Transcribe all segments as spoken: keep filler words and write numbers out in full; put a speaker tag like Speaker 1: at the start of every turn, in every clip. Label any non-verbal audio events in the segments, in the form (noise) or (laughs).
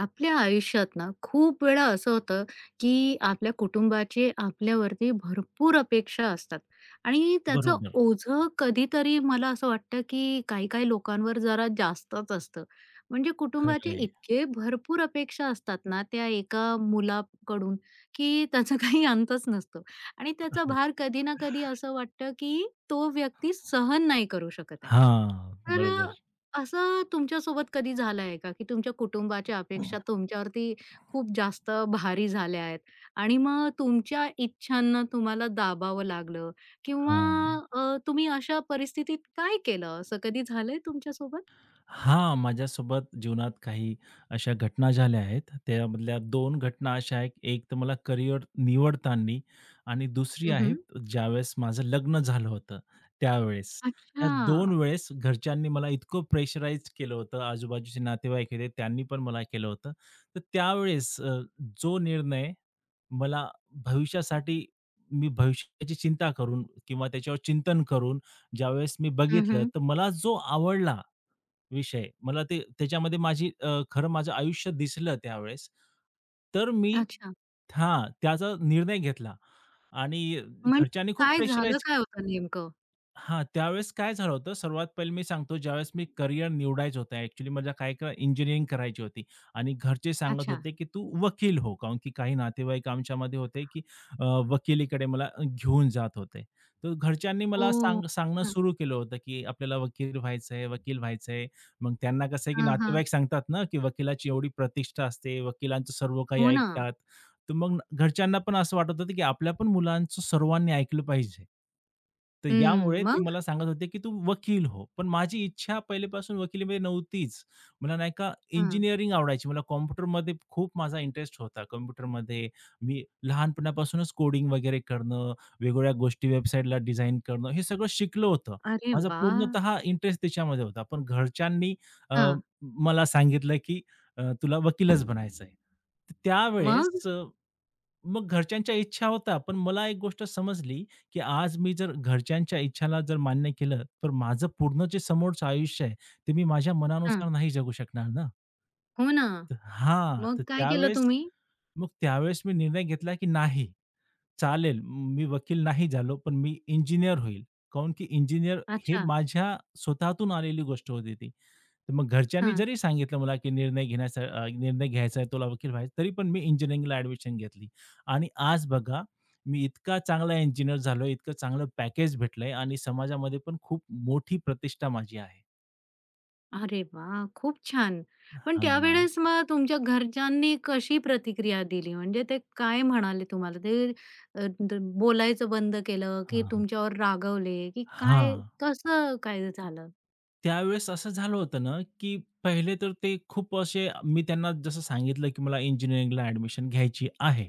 Speaker 1: आपल्या आयुष्यात ना खूप वेळा असं होतं, की आपल्या कुटुंबाचे आपल्यावरती भरपूर अपेक्षा असतात आणि त्याचं
Speaker 2: बरोबर.
Speaker 1: ओझं कधीतरी मला असं वाटतं, की काही-काही लोकांवर जरा जास्तच असतं. म्हणजे
Speaker 2: खरं
Speaker 1: कुटुंबाचे
Speaker 2: आहे.
Speaker 1: इतके भरपूर अपेक्षा असतात ना, त्या एका मुलाकडून, की त्याचा (laughs) काही अंतच नसतो आणि त्याचा भार
Speaker 2: (laughs)
Speaker 1: कधी ना कधी असं वाटतं, की तो व्यक्ती सहन नाही करू शकत आहे. तर अ,
Speaker 2: बरोबर.
Speaker 1: असं तुमच्यासोबत कधी झालंय का, की तुमच्या कुटुंबाच्या अपेक्षा तुमच्यावरती खूप जास्त भारी झाल्या आहेत आणि मग तुमच्या इच्छांना तुम्हाला दाबावं लागलं किंवा
Speaker 2: हां.
Speaker 1: अ, तुम्ही अशा परिस्थितीत काय केलं? असं कधी झालंय तुमच्यासोबत?
Speaker 2: हां, माझ्यासोबत जीवनात काही अशा घटना झाल्या आहेत. त्यामधल्या दोन घटना अशा आहेत, एक तर मला करियर निवडताना आणि दुसरी
Speaker 1: हं,
Speaker 2: आहे ज्यावेळेस माझं लग्न झालं होतं त्यावेळेस. या
Speaker 1: अच्छा.
Speaker 2: दोन वेळेस घरच्यांनी मला इतकं प्रेशराइज केलं होतं, आजूबाजूचे नातेवाईक होते त्यांनी पण मला केलं होतं. तर त्यावेळेस अ, जो निर्णय मला भविष्यासाठी मी भविष्याची चिंता करून किंवा त्याच्यावर चिंतन करून ज्यावेळेस मी बघितलं,
Speaker 1: हं,
Speaker 2: तर मला जो आवडला विषय. मला ते त्याच्यामध्ये माझी अ, खरं माझं आयुष्य दिसलं त्यावेळेस. तर मी
Speaker 1: अच्छा.
Speaker 2: हां, त्याचा निर्णय घेतला आणि
Speaker 1: म्हणजे
Speaker 2: घरच्यांनी खूप
Speaker 1: काय झालं
Speaker 2: प्रेशराईज
Speaker 1: काय होतं नेमकं?
Speaker 2: हां, त्यावेळेस काय झालं होतं, सर्वात पहिले मी सांगतो ज्यावेळेस मी करियर निवडायचं होतं ॲक्चुअली मला काय क इंजिनिअरिंग करायची होती आणि घरचे सांगत
Speaker 1: अच्छा.
Speaker 2: होते, की "तू वकील हो." कारण की काही नातेवाईक आमच्यामध्ये होते, की अ, वकिलीकडे मला घेऊन जात होते. तर घरच्यांनी मला
Speaker 1: ओह!
Speaker 2: सांग सांगणं
Speaker 1: हां.
Speaker 2: सुरू केलं होतं, की "आपल्याला वकील व्हायचं आहे, वकील व्हायचं आहे." मग त्यांना कसं आहे, की
Speaker 1: हां, हां.
Speaker 2: नातेवाईक सांगतात ना, की वकिलाची एवढी प्रतिष्ठा असते, वकिलांचं सर्व काही
Speaker 1: हो ना.
Speaker 2: ऐकतात. तर मग घरच्यांना पण असं वाटत होतं, की आपल्या पण मुलांचं सर्वांनी ऐकलं पाहिजे. तर
Speaker 1: हं.
Speaker 2: यामुळे ते
Speaker 1: मग?
Speaker 2: मला सांगत होते, की "तू वकील हो." पण माझी इच्छा पहिलेपासून वकिलीमध्ये नव्हतीच. मला नाही का
Speaker 1: हां.
Speaker 2: इंजिनिअरिंग आवडायची. मला कॉम्प्युटरमध्ये खूप माझा इंटरेस्ट होता. कॉम्प्युटरमध्ये मी लहानपणापासूनच कोडिंग वगैरे करणं, वेगवेगळ्या गोष्टी वेबसाईटला डिझाइन करणं, हे सगळं शिकलं होतं.
Speaker 1: अरे
Speaker 2: माझा
Speaker 1: वाह!
Speaker 2: पूर्णतः इंटरेस्ट त्याच्यामध्ये होता. पण घरच्यांनी अ,
Speaker 1: हां.
Speaker 2: मला सांगितलं, की अ, "तुला वकीलच बनायचं आहे."
Speaker 1: मग?
Speaker 2: त्यावेळेस मग घरच्यांच्या इच्छा होता पण मला एक गोष्ट समजली, की आज मी जर घरच्यांच्या इच्छाला जर मान्य केलं, तर माझं पूर्ण जे समोरचं आयुष्य आहे, ते मी माझ्या मनानुसार
Speaker 1: हां.
Speaker 2: नाही जगू शकणार ना.
Speaker 1: हो ना.
Speaker 2: तर हां,
Speaker 1: मग
Speaker 2: तर
Speaker 1: काय केलं
Speaker 2: त्यावेळेस
Speaker 1: तुम्ही?
Speaker 2: मग त्यावेळेस मी निर्णय घेतला, की नाही चालेल, मी वकील नाही झालो, पण मी इंजिनिअर होईल. काऊन की इंजिनिअर हे
Speaker 1: अच्छा.
Speaker 2: माझ्या स्वतःतून आलेली गोष्ट होती ती. तर मग घरच्यांनी
Speaker 1: हां.
Speaker 2: जरी सांगितलं मला, की निर्णय घेण्याचा अ, निर्णय घ्यायचा आहे, तुला वकील व्हायचं तरी पण मी इंजिनिअरिंगला ॲडमिशन घेतली आणि आज बघा, मी इतका चांगला इंजिनिअर झालोय, इतकं चांगलं पॅकेज भेटलंय आणि समाजामध्ये पण खूप मोठी प्रतिष्ठा माझी आहे.
Speaker 1: अरे वाह! खूप छान. पण
Speaker 2: हां, हां,
Speaker 1: त्यावेळेस मग तुमच्या घरच्यांनी कशी प्रतिक्रिया दिली? म्हणजे ते काय म्हणाले तुम्हाला? ते अ, द बोलायचं बंद केलं, की
Speaker 2: हां.
Speaker 1: तुमच्यावर रागवले, की काय
Speaker 2: हां,
Speaker 1: कसं काय झालं?
Speaker 2: त्यावेळेस असं झालं होतं ना, की पहिले तर ते खूप असे मी त्यांना जसं सांगितलं, की मला इंजिनिअरिंगला ॲडमिशन घ्यायची आहे.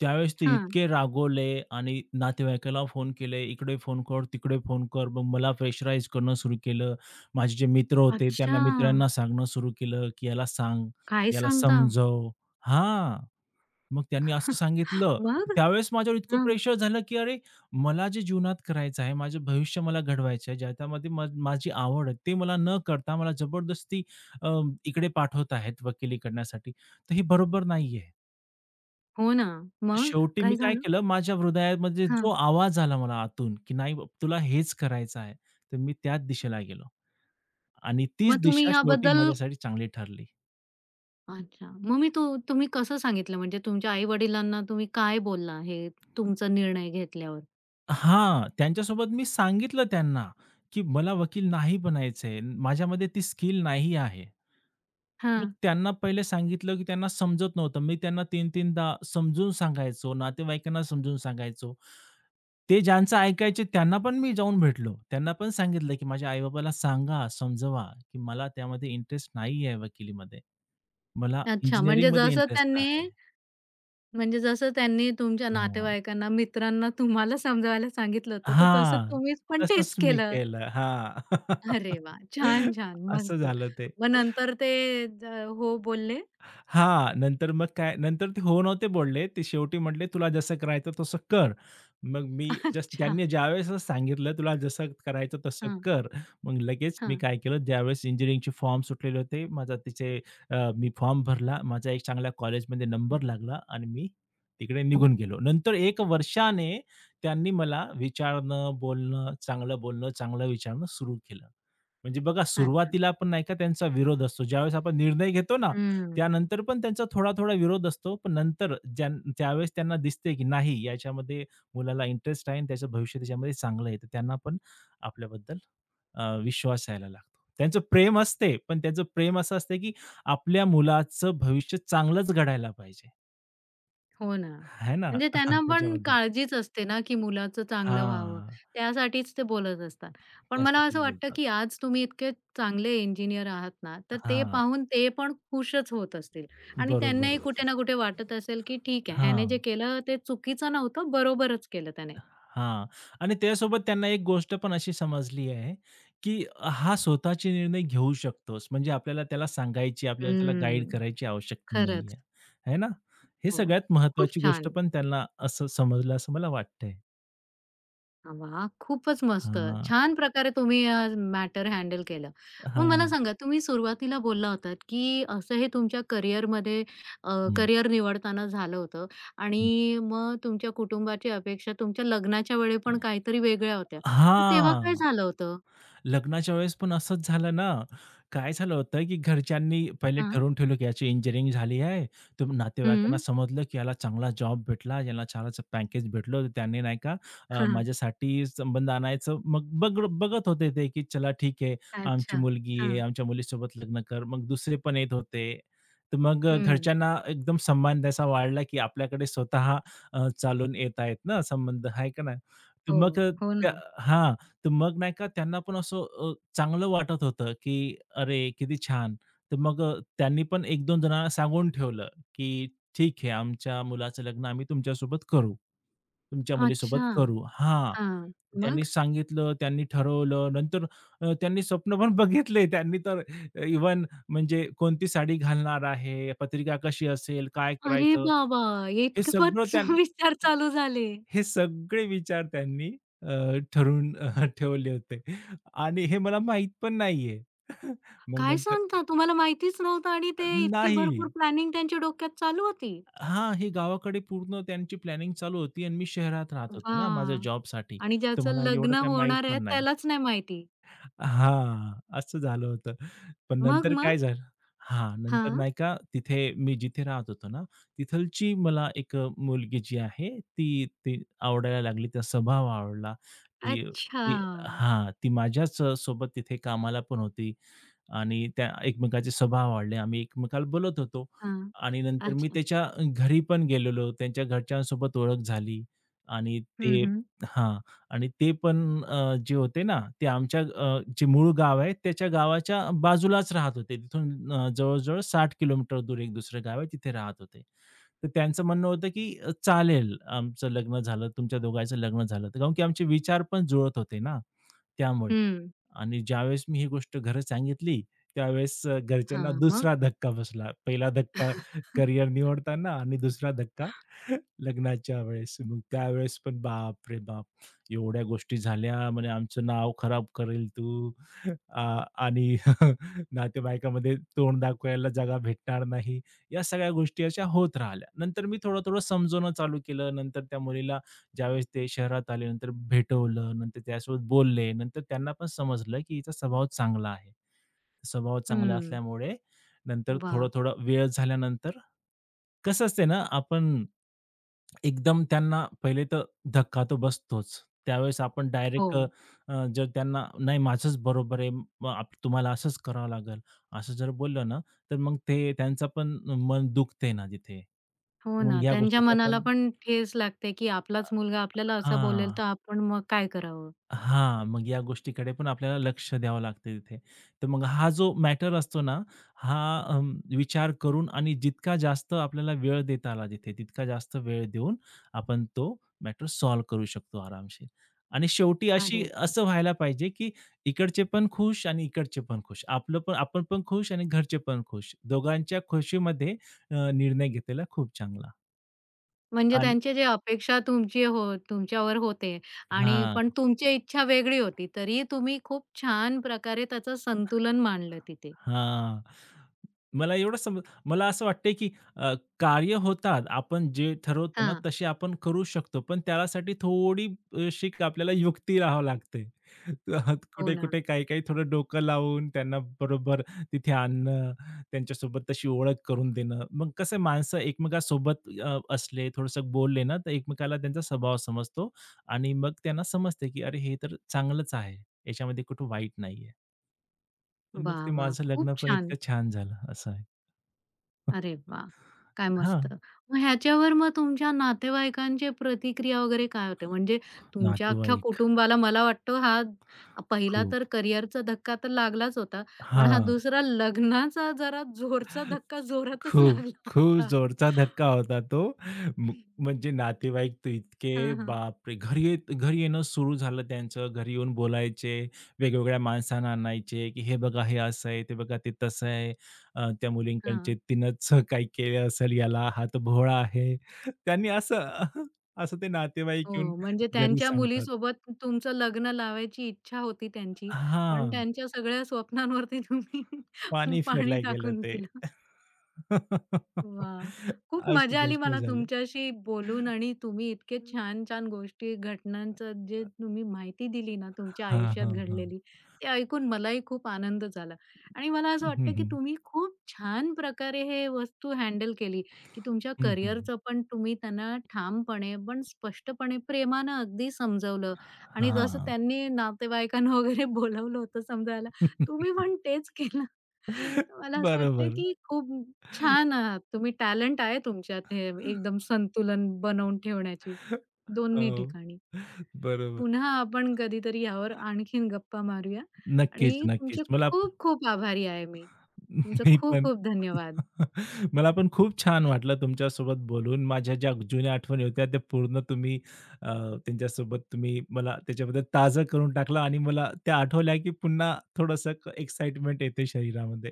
Speaker 2: त्यावेळेस ते
Speaker 1: हां.
Speaker 2: इतके रागवले आणि नातेवाईकाला फोन केले, इकडे फोन कर, तिकडे फोन कर. मग मला प्रेशराईज करणं सुरू केलं. माझे जे मित्र होते
Speaker 1: अच्छा.
Speaker 2: त्यांना मित्रांना सांगणं सुरू केलं, की "याला सांग,
Speaker 1: काय
Speaker 2: याला
Speaker 1: सांगता?
Speaker 2: समजव." हां, मग त्यांनी असं सांगितलं.
Speaker 1: मग?
Speaker 2: त्यावेळेस माझ्यावर इतकं
Speaker 1: हां.
Speaker 2: प्रेशर झालं, की अरे मला जे जीवनात करायचं आहे, माझं भविष्य मला घडवायचं आहे, ज्याच्यामध्ये म माझी आवड आहे, ते मला न करता मला जबरदस्ती अ, इकडे पाठवत आहेत वकिली करण्यासाठी. तर हे बरोबर नाहीये.
Speaker 1: हो ना.
Speaker 2: तर
Speaker 1: मग
Speaker 2: शेवटी मी
Speaker 1: काय
Speaker 2: काय
Speaker 1: झालं?
Speaker 2: केलं, माझ्या हृदयामध्ये जो
Speaker 1: हां.
Speaker 2: आवाज आला मला आतून, की "नाही बाबा, तुला हेच करायचं आहे." तर मी त्याच दिशेला गेलो आणि तीच
Speaker 1: मग तुम्ही
Speaker 2: दिशा शेवटी
Speaker 1: ह्याबद्दल
Speaker 2: माझ्यासाठी चांगली ठरली.
Speaker 1: अच्छा. मग मी तो तुम्ही कसं सांगितलं म्हणजे तुमच्या आई-वडिलांना तुम्ही काय बोलला हे तुमचा निर्णय घेतल्यावर?
Speaker 2: हा, त्यांच्यासोबत मी सांगितलं त्यांना, की मला वकील नाही बनायचंय. माझ्यामध्ये ती स्किल नाही आहे. मग
Speaker 1: हां.
Speaker 2: त्यांना पहिले सांगितलं, की त्यांना समजत नव्हतं. मी त्यांना तीन तीनदा-3दा समजून सांगायचो, नातेवाईकांना समजून सांगायचो. ते ज्यांचं ऐकायचे त्यांना पण मी जाऊन भेटलो. त्यांना पण सांगितलं, की माझ्या आई सांगा, समजवा, की मला त्यामध्ये इंटरेस्ट नाही आहे वकिलीमध्ये. मला
Speaker 1: अच्छा. म्हणजे
Speaker 2: इंजिनिअरिंगमध्ये
Speaker 1: जसं
Speaker 2: इंटरेस्ट
Speaker 1: त्यांनी
Speaker 2: आहे.
Speaker 1: म्हणजे जसं त्यांनी तुमच्या नातेवाईकांना, मित्रांना तुम्हाला समजावायला सांगितलं होतं, तर तसं
Speaker 2: हां,
Speaker 1: तुम्हीच पण
Speaker 2: तसंच
Speaker 1: तेच
Speaker 2: मी
Speaker 1: केलं.
Speaker 2: केलं. हां.
Speaker 1: अरे वाह! छान,
Speaker 2: (laughs)
Speaker 1: छान.
Speaker 2: असं
Speaker 1: मस्त.
Speaker 2: झालं ते.
Speaker 1: मग नंतर ते ज हो बोलले?
Speaker 2: हां, नंतर मग काय नंतर ते हो नव्हते बोलले. ते शेवटी म्हटले, "तुला जसं करायचं तसं कर." मग मी
Speaker 1: (laughs)
Speaker 2: जस्ट
Speaker 1: अच्छा.
Speaker 2: त्यांनी ज्यावेळेस सांगितलं, "तुला जसं करायचं तसं
Speaker 1: हां,
Speaker 2: कर." मग लगेच मी
Speaker 1: हां.
Speaker 2: काय केलं, ज्यावेळेस इंजिनिअरिंगचे फॉर्म सुटलेले होते, माझा तिथे अ, मी फॉर्म भरला. माझा एक चांगल्या कॉलेजमध्ये नंबर लागला आणि मी तिकडे निघून गेलो. नंतर एका वर्षाने त्यांनी मला विचारणं, बोलणं, चांगलं बोलणं, चांगलं विचारणं सुरू केलं. म्हणजे बघा,
Speaker 1: अच्छा.
Speaker 2: सुरुवातीला आपण नाही का त्यांचा विरोध असतो. ज्यावेळेस आपण निर्णय घेतो ना,
Speaker 1: हं.
Speaker 2: त्यानंतर पण त्यांचा थोडा, थोडा विरोध असतो. पण नंतर ज्या ज्यावेळेस त्यांना दिसते, की नाही याच्यामध्ये मुलाला इंटरेस्ट आहे आणि त्याचं भविष्य त्याच्यामध्ये चांगलं आहे, तर त्यांना पण आपल्याबद्दल अ, विश्वास यायला लागतो. त्यांचं प्रेम असते, पण त्यांचं प्रेम असं असतं, की आपल्या मुलाचं भविष्य चांगलंच घडायला पाहिजे.
Speaker 1: हो ना.
Speaker 2: आहे ना?
Speaker 1: म्हणजे त्यांना
Speaker 2: (laughs)
Speaker 1: पण
Speaker 2: त्याच्याबद्दल.
Speaker 1: काळजीच असते ना, की मुलाचं चांगलं व्हावं.
Speaker 2: हां,
Speaker 1: त्यासाठीच ते बोलत असतात. पण मला असं
Speaker 2: त्यासाठीच
Speaker 1: वाटतं,
Speaker 2: बोलतात.
Speaker 1: की आज तुम्ही इतके चांगले इंजिनिअर आहात ना, तर ते
Speaker 2: हां,
Speaker 1: पाहून ते पण खुशच होत असतील आणि
Speaker 2: बरोबर.
Speaker 1: त्यांनाही कुठे ना कुठे वाटत असेल, की ठीक आहे, ह्याने
Speaker 2: हां.
Speaker 1: जे केलं ते चुकीचं नव्हतं, बरोबरच केलं त्याने.
Speaker 2: हां. आणि त्यासोबत त्यांना एक गोष्ट पण अशी समजली आहे, की हा स्वतःचे निर्णय घेऊ शकतोस. म्हणजे आपल्याला त्याला सांगायची, आपल्याला त्याला गाईड
Speaker 1: हम्म.
Speaker 2: करायची आवश्यकता
Speaker 1: खरंच.
Speaker 2: नाहीये. है ना? हे
Speaker 1: हो.
Speaker 2: सगळ्यात
Speaker 1: खूप
Speaker 2: महत्वाची गोष्ट
Speaker 1: छान.
Speaker 2: पण त्यांना असं समजलं असं मला वाटतंय.
Speaker 1: वा, वाह! खूपच मस्त.
Speaker 2: हां,
Speaker 1: छान प्रकारे तुम्ही अ, मॅटर हँडल केलं. मग मला
Speaker 2: हां.
Speaker 1: सांगा तुम्ही सुरुवातीला बोलला होतात, की असं हे तुमच्या करिअरमध्ये अ,
Speaker 2: हं,
Speaker 1: करिअर निवडताना झालं होतं आणि
Speaker 2: हं.
Speaker 1: मग तुमच्या कुटुंबाची अपेक्षा तुमच्या लग्नाच्या वेळी पण काहीतरी वेगळ्या होत्या. तर तेव्हा काय
Speaker 2: हां.
Speaker 1: झालं होतं?
Speaker 2: लग्नाच्या वेळेस पण असंच झालं ना. काय झालं होतं, की घरच्यांनी पहिले
Speaker 1: हां.
Speaker 2: ठरवून ठेवलं, की याची इंजिनिअरिंग झाली आहे. तर नातेवाईकांना
Speaker 1: हं.
Speaker 2: समजलं, की याला चांगला जॉब भेटला, याला चांगलाच पॅकेज भेटलं. तर त्यांनी नाही का अ,
Speaker 1: हां.
Speaker 2: माझ्यासाठी संबंध आणायचं मग बघ बघत होते ते, की चला ठीक आहे, आमची
Speaker 1: अच्छा.
Speaker 2: मुलगी आहे,
Speaker 1: हां.
Speaker 2: आमच्या मुलीसोबत लग्न कर. मग दुसरे पण येत होते. तर मग
Speaker 1: हं.
Speaker 2: घरच्यांना एकदम सन्मान त्याचा वाढला, की आपल्याकडे स्वतः अ, चालून येत आहेत ना संबंध, आहे का नाही? तर
Speaker 1: हो.
Speaker 2: मग
Speaker 1: हो
Speaker 2: त्या
Speaker 1: ना.
Speaker 2: हां. तर मग नाही का त्यांना पण असं अ, चांगलं वाटत होतं, की "अरे, किती छान!" तर मग अ, त्यांनी पण एक दोन जणांना सांगून ठेवलं, की "ठीक आहे, आमच्या मुलाचं लग्न आम्ही तुमच्यासोबत करू. तुमच्या मुलीसोबत
Speaker 1: अच्छा.
Speaker 2: करू." हां.
Speaker 1: हां.
Speaker 2: त्यांनी
Speaker 1: मग?
Speaker 2: सांगितलं, त्यांनी ठरवलं. नंतर अ, त्यांनी स्वप्न पण बघितले. त्यांनी तर इव्हन म्हणजे कोणती साडी घालणार आहे, पत्रिका कशी असेल, काय
Speaker 1: अरे
Speaker 2: करायचं,
Speaker 1: बाबा!
Speaker 2: हे सगळं
Speaker 1: इतपत
Speaker 2: त्यां
Speaker 1: (laughs) विचार चालू झाले.
Speaker 2: हे सगळे विचार त्यांनी अ, ठरवून अ, ठेवले होते आणि हे मला माहीत पण नाहीये. (laughs) मग
Speaker 1: काय
Speaker 2: नंतर
Speaker 1: सांगता? तुम्हाला माहितीच नव्हतं आणि ते इतकी
Speaker 2: नाही.
Speaker 1: भरपूर प्लॅनिंग त्यांच्या डोक्यात चालू होती?
Speaker 2: हां, हे गावाकडे पूर्ण त्यांची प्लॅनिंग चालू होती आणि मी शहरात राहत होतो ना माझ्या
Speaker 1: वाह!
Speaker 2: जॉबसाठी.
Speaker 1: आणि
Speaker 2: तर
Speaker 1: ज्याचं
Speaker 2: मला
Speaker 1: लग्न
Speaker 2: एवढं काही माहीत
Speaker 1: होणार आहे
Speaker 2: पण नाही.
Speaker 1: त्यालाच नाही माहिती.
Speaker 2: हां, असं झालं होतं. पण
Speaker 1: मग,
Speaker 2: नंतर काय
Speaker 1: मग?
Speaker 2: झालं हां, नंतर
Speaker 1: हां.
Speaker 2: नाही का तिथे मी जिथे राहत होतो ना, तिथलची मला एक अ, मुलगी जी आहे ती ती आवडायला लागली. तिचा स्वभाव आवडला. ती
Speaker 1: अच्छा.
Speaker 2: ती हां, ती माझ्याच अ, सोबत तिथे कामाला पण होती आणि त्या एकमेकांचे स्वभाव आवडले. आम्ही एकमेकाला बोलत होतो
Speaker 1: हां.
Speaker 2: आणि नंतर मी
Speaker 1: अच्छा.
Speaker 2: त्याच्या घरी पण गेलेलो. त्यांच्या घरच्यांसोबत ओळख झाली आणि
Speaker 1: हं,
Speaker 2: ते
Speaker 1: हं.
Speaker 2: हां. आणि ते पण अ, जे होते ना, ते आमच्या अ, जे मूळ गाव आहे त्याच्या गावाच्या बाजूलाच राहत होते. तिथून अ, जवळ-जवळ साठ किलोमीटर दूर एक दुसरं गाव आहे, तिथे राहत होते. तर त्यांचं म्हणणं होतं, की अ, चालेल आमचं लग्न झालं, तुमच्या दोघांचं लग्न झालं. तर काहून की आमचे विचार पण जुळत होते ना, त्यामुळे.
Speaker 1: हं.
Speaker 2: आणि ज्यावेळेस मी ही गोष्ट घरात सांगितली, त्यावेळेस अ, घरच्यांना
Speaker 1: हां.
Speaker 2: दुसरा
Speaker 1: मग?
Speaker 2: धक्का बसला. पहिला धक्का करियर निवडताना आणि दुसरा धक्का (laughs) लग्नाच्या वेळेस. मग त्यावेळेस पण बाप रे बाप! एवढ्या गोष्टी झाल्या. म्हणे, "आमचं नाव खराब करेल तू." आ आणि (laughs) नातेवाईकामध्ये तोंड दाखवायला जागा भेटणार नाही. या सगळ्या गोष्टी अशा होत राहिल्या. नंतर मी थोडं-थोडं समजवणं चालू केलं. नंतर त्या मुलीला ज्यावेळेस ते शहरात आले, नंतर भेटवलं, नंतर त्यासोबत बोलले. नंतर त्यांना पण समजलं, की हिचा स्वभाव चांगला आहे. स्वभाव चांगला
Speaker 1: हं.
Speaker 2: असल्यामुळे नंतर
Speaker 1: वाह!
Speaker 2: थोडं-थोडं वेळ झाल्यानंतर कसं असते ना, आपण एकदम त्यांना पहिले तर धक्का तर बसतोच. त्यावेळेस आपण
Speaker 1: हो.
Speaker 2: डायरेक्ट जर त्यांना, "नाही माझंच बरोबर आहे. मग आप तुम्हाला असंच करावं लागेल." असं जर बोललं ना तर मग ते त्यांचं पण मन दुखते ना तिथे.
Speaker 1: हो
Speaker 2: मग
Speaker 1: ना.
Speaker 2: ह्या
Speaker 1: त्यांच्या
Speaker 2: गोष्टीचा
Speaker 1: मनाला
Speaker 2: आपण
Speaker 1: पण ठेच लागते, की
Speaker 2: अ,
Speaker 1: आपलाच मुलगा आपल्याला असा बोलेल,
Speaker 2: हां.
Speaker 1: तर आपण मग काय करावं?
Speaker 2: हां, मग या गोष्टीकडे पण आपल्याला लक्ष द्यावं लागतं तिथे. तर मग हा जो मॅटर असतो ना, हा अं, विचार करून आणि जितका जास्त आपल्याला वेळ देता आला तिथे, तितका जास्त वेळ देऊन आपण तो मॅटर सॉल्व्ह करू शकतो आरामशीर. आणि शेवटी अशी
Speaker 1: अरे वाह!
Speaker 2: असं व्हायला पाहिजे, की इकडचे पण खुश आणि इकडचे पण खुश. आपलं पण आपण पण खुश आणि घरचे पण खुश. दोघांच्या खुशीमध्ये अ, निर्णय घेतलेला खूप चांगला
Speaker 1: म्हणजे
Speaker 2: आणि
Speaker 1: त्यांची जी अपेक्षा तुमची हो तुमच्यावर होते आणि
Speaker 2: हां.
Speaker 1: पण तुमची इच्छा वेगळी होती, तरीही तुम्ही खूप छान प्रकारे त्याचं संतुलन मांडलं तिथे.
Speaker 2: हां. मला एवढं समज मला असं वाटतंय, की अ, कार्य होतात. आपण जे ठरवतो ना,
Speaker 1: हां.
Speaker 2: तसे आपण करू शकतो. पण त्यासाठी थोडी अ, शीक आपल्याला युक्ती राहावं लागते. (laughs)
Speaker 1: हो ना.
Speaker 2: कुठे-कुठे, काही-काही थोडं डोकं लावून त्यांना बरोबर तिथे आणणं, त्यांच्यासोबत तशी ओळख करून देणं. मग कसं माणसं एकमेकांसोबत अ, असले, थोडंसं बोलले ना, तर एकमेकाला त्यांचा स्वभाव समजतो आणि मग त्यांना समजते, की अरे, हे तर चांगलंच आहे. याच्यामध्ये कुठं वाईट नाहीये. तर मग
Speaker 1: वाह!
Speaker 2: ते
Speaker 1: वाह!
Speaker 2: माझं लग्न
Speaker 1: खूप
Speaker 2: पण
Speaker 1: छान.
Speaker 2: इतकं छान झालं असं आहे.
Speaker 1: अरे वाह! काय
Speaker 2: हां,
Speaker 1: मस्त. मग ह्याच्यावर मग तुमच्या नातेवाईकांची प्रतिक्रिया वगैरे काय होते? म्हणजे तुमच्या अख्ख्या
Speaker 2: नातेवाईक
Speaker 1: कुटुंबाला मला वाटतं हा पहिला
Speaker 2: खूप
Speaker 1: तर करिअरचा धक्का तर लागलाच होता, पण हा
Speaker 2: हां,
Speaker 1: दुसरा लग्नाचा जरा जोरचा धक्का जोरातच
Speaker 2: खूप,
Speaker 1: लागला
Speaker 2: खूप
Speaker 1: होता.
Speaker 2: जोरचा धक्का होता तो. म म्हणजे नातेवाईक तर इतके
Speaker 1: हां, हां.
Speaker 2: बापरे! घरी येत घरी येणं सुरू झालं त्यांचं. घरी येऊन बोलायचे, वेगवेगळ्या माणसांना आणायचे, की "हे बघा, हे असं आहे, ते बघा, ते तसं आहे. अ, त्या मुलींकडचे
Speaker 1: हां.
Speaker 2: तिनंच काही केलं असेल याला, हा भोळा आहे." त्यांनी असं (laughs) असं ते नातेवाईक येऊन
Speaker 1: हो, म्हणजे
Speaker 2: घरी
Speaker 1: त्यांच्या
Speaker 2: सांगतात.
Speaker 1: मुलीसोबत तुमचं लग्न लावायची इच्छा होती त्यांची, पण
Speaker 2: हां.
Speaker 1: त्यांच्या सगळ्या स्वप्नांवरती तुम्ही (laughs)
Speaker 2: पाणी
Speaker 1: पाणी
Speaker 2: फिरल्या गेलं
Speaker 1: टाकून
Speaker 2: ते.
Speaker 1: दिलं. वाह!
Speaker 2: (laughs)
Speaker 1: खूप
Speaker 2: अशी
Speaker 1: मजा आली
Speaker 2: गोष्ट
Speaker 1: मला
Speaker 2: झाली.
Speaker 1: तुमच्याशी बोलून आणि तुम्ही इतके
Speaker 2: हं.
Speaker 1: छान-छान गोष्टी, घटनांचं जे तुम्ही माहिती दिली ना, तुमच्या
Speaker 2: हां,
Speaker 1: आयुष्यात
Speaker 2: हां, हां.
Speaker 1: घडलेली, ते ऐकून मलाही खूप आनंद झाला. आणि मला असं
Speaker 2: हं,
Speaker 1: वाटतं, की
Speaker 2: हं.
Speaker 1: तुम्ही खूप छान प्रकारे हे वस्तू हँडल केली, की तुमच्या
Speaker 2: हं, हं.
Speaker 1: करिअरचं पण तुम्ही त्यांना ठामपणे, पण स्पष्टपणे, प्रेमानं अगदी समजावलं आणि जसं त्यांनी नातेवाईकांना वगैरे बोलावलं होतं समजायला, तुम्ही पण तेच केलं. तर
Speaker 2: (laughs)
Speaker 1: मला असं वाटतं,
Speaker 2: बरोबर.
Speaker 1: की खूप छान आहात. तुम्ही टॅलेंट आहे तुमच्यात हे एकदम
Speaker 2: (laughs)
Speaker 1: संतुलन बनवून ठेवण्याची दोन्ही
Speaker 2: हो.
Speaker 1: ठिकाणी.
Speaker 2: बरोबर.
Speaker 1: पुन्हा आपण कधीतरी यावर आणखीन गप्पा मारूया
Speaker 2: नक्कीच,
Speaker 1: आणि
Speaker 2: नक्कीच.
Speaker 1: तुमचे
Speaker 2: मला
Speaker 1: खूप-खूप आभारी आहे मी. तुमचं
Speaker 2: मी पण.
Speaker 1: खूप-खूप धन्यवाद.
Speaker 2: (laughs) मला पण खूप छान वाटलं तुमच्यासोबत बोलून. माझ्या ज्या जुन्या आठवणी होत्या त्या पूर्ण तुम्ही अ, त्यांच्यासोबत तुम्ही मला त्याच्याबद्दल ताजं करून टाकलं आणि मला त्या आठवल्या, की पुन्हा थोडंसं एक्साइटमेंट येते शरीरामध्ये.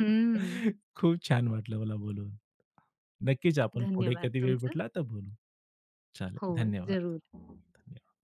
Speaker 1: हं.
Speaker 2: खूप छान वाटलं मला बोलून. नक्कीच आपण पुढे
Speaker 1: धन्यवाद
Speaker 2: कधी वेळ
Speaker 1: तुमचं.
Speaker 2: भेटला तर बोलू. चालेल.
Speaker 1: हो, जरूर.
Speaker 2: धन्यवाद.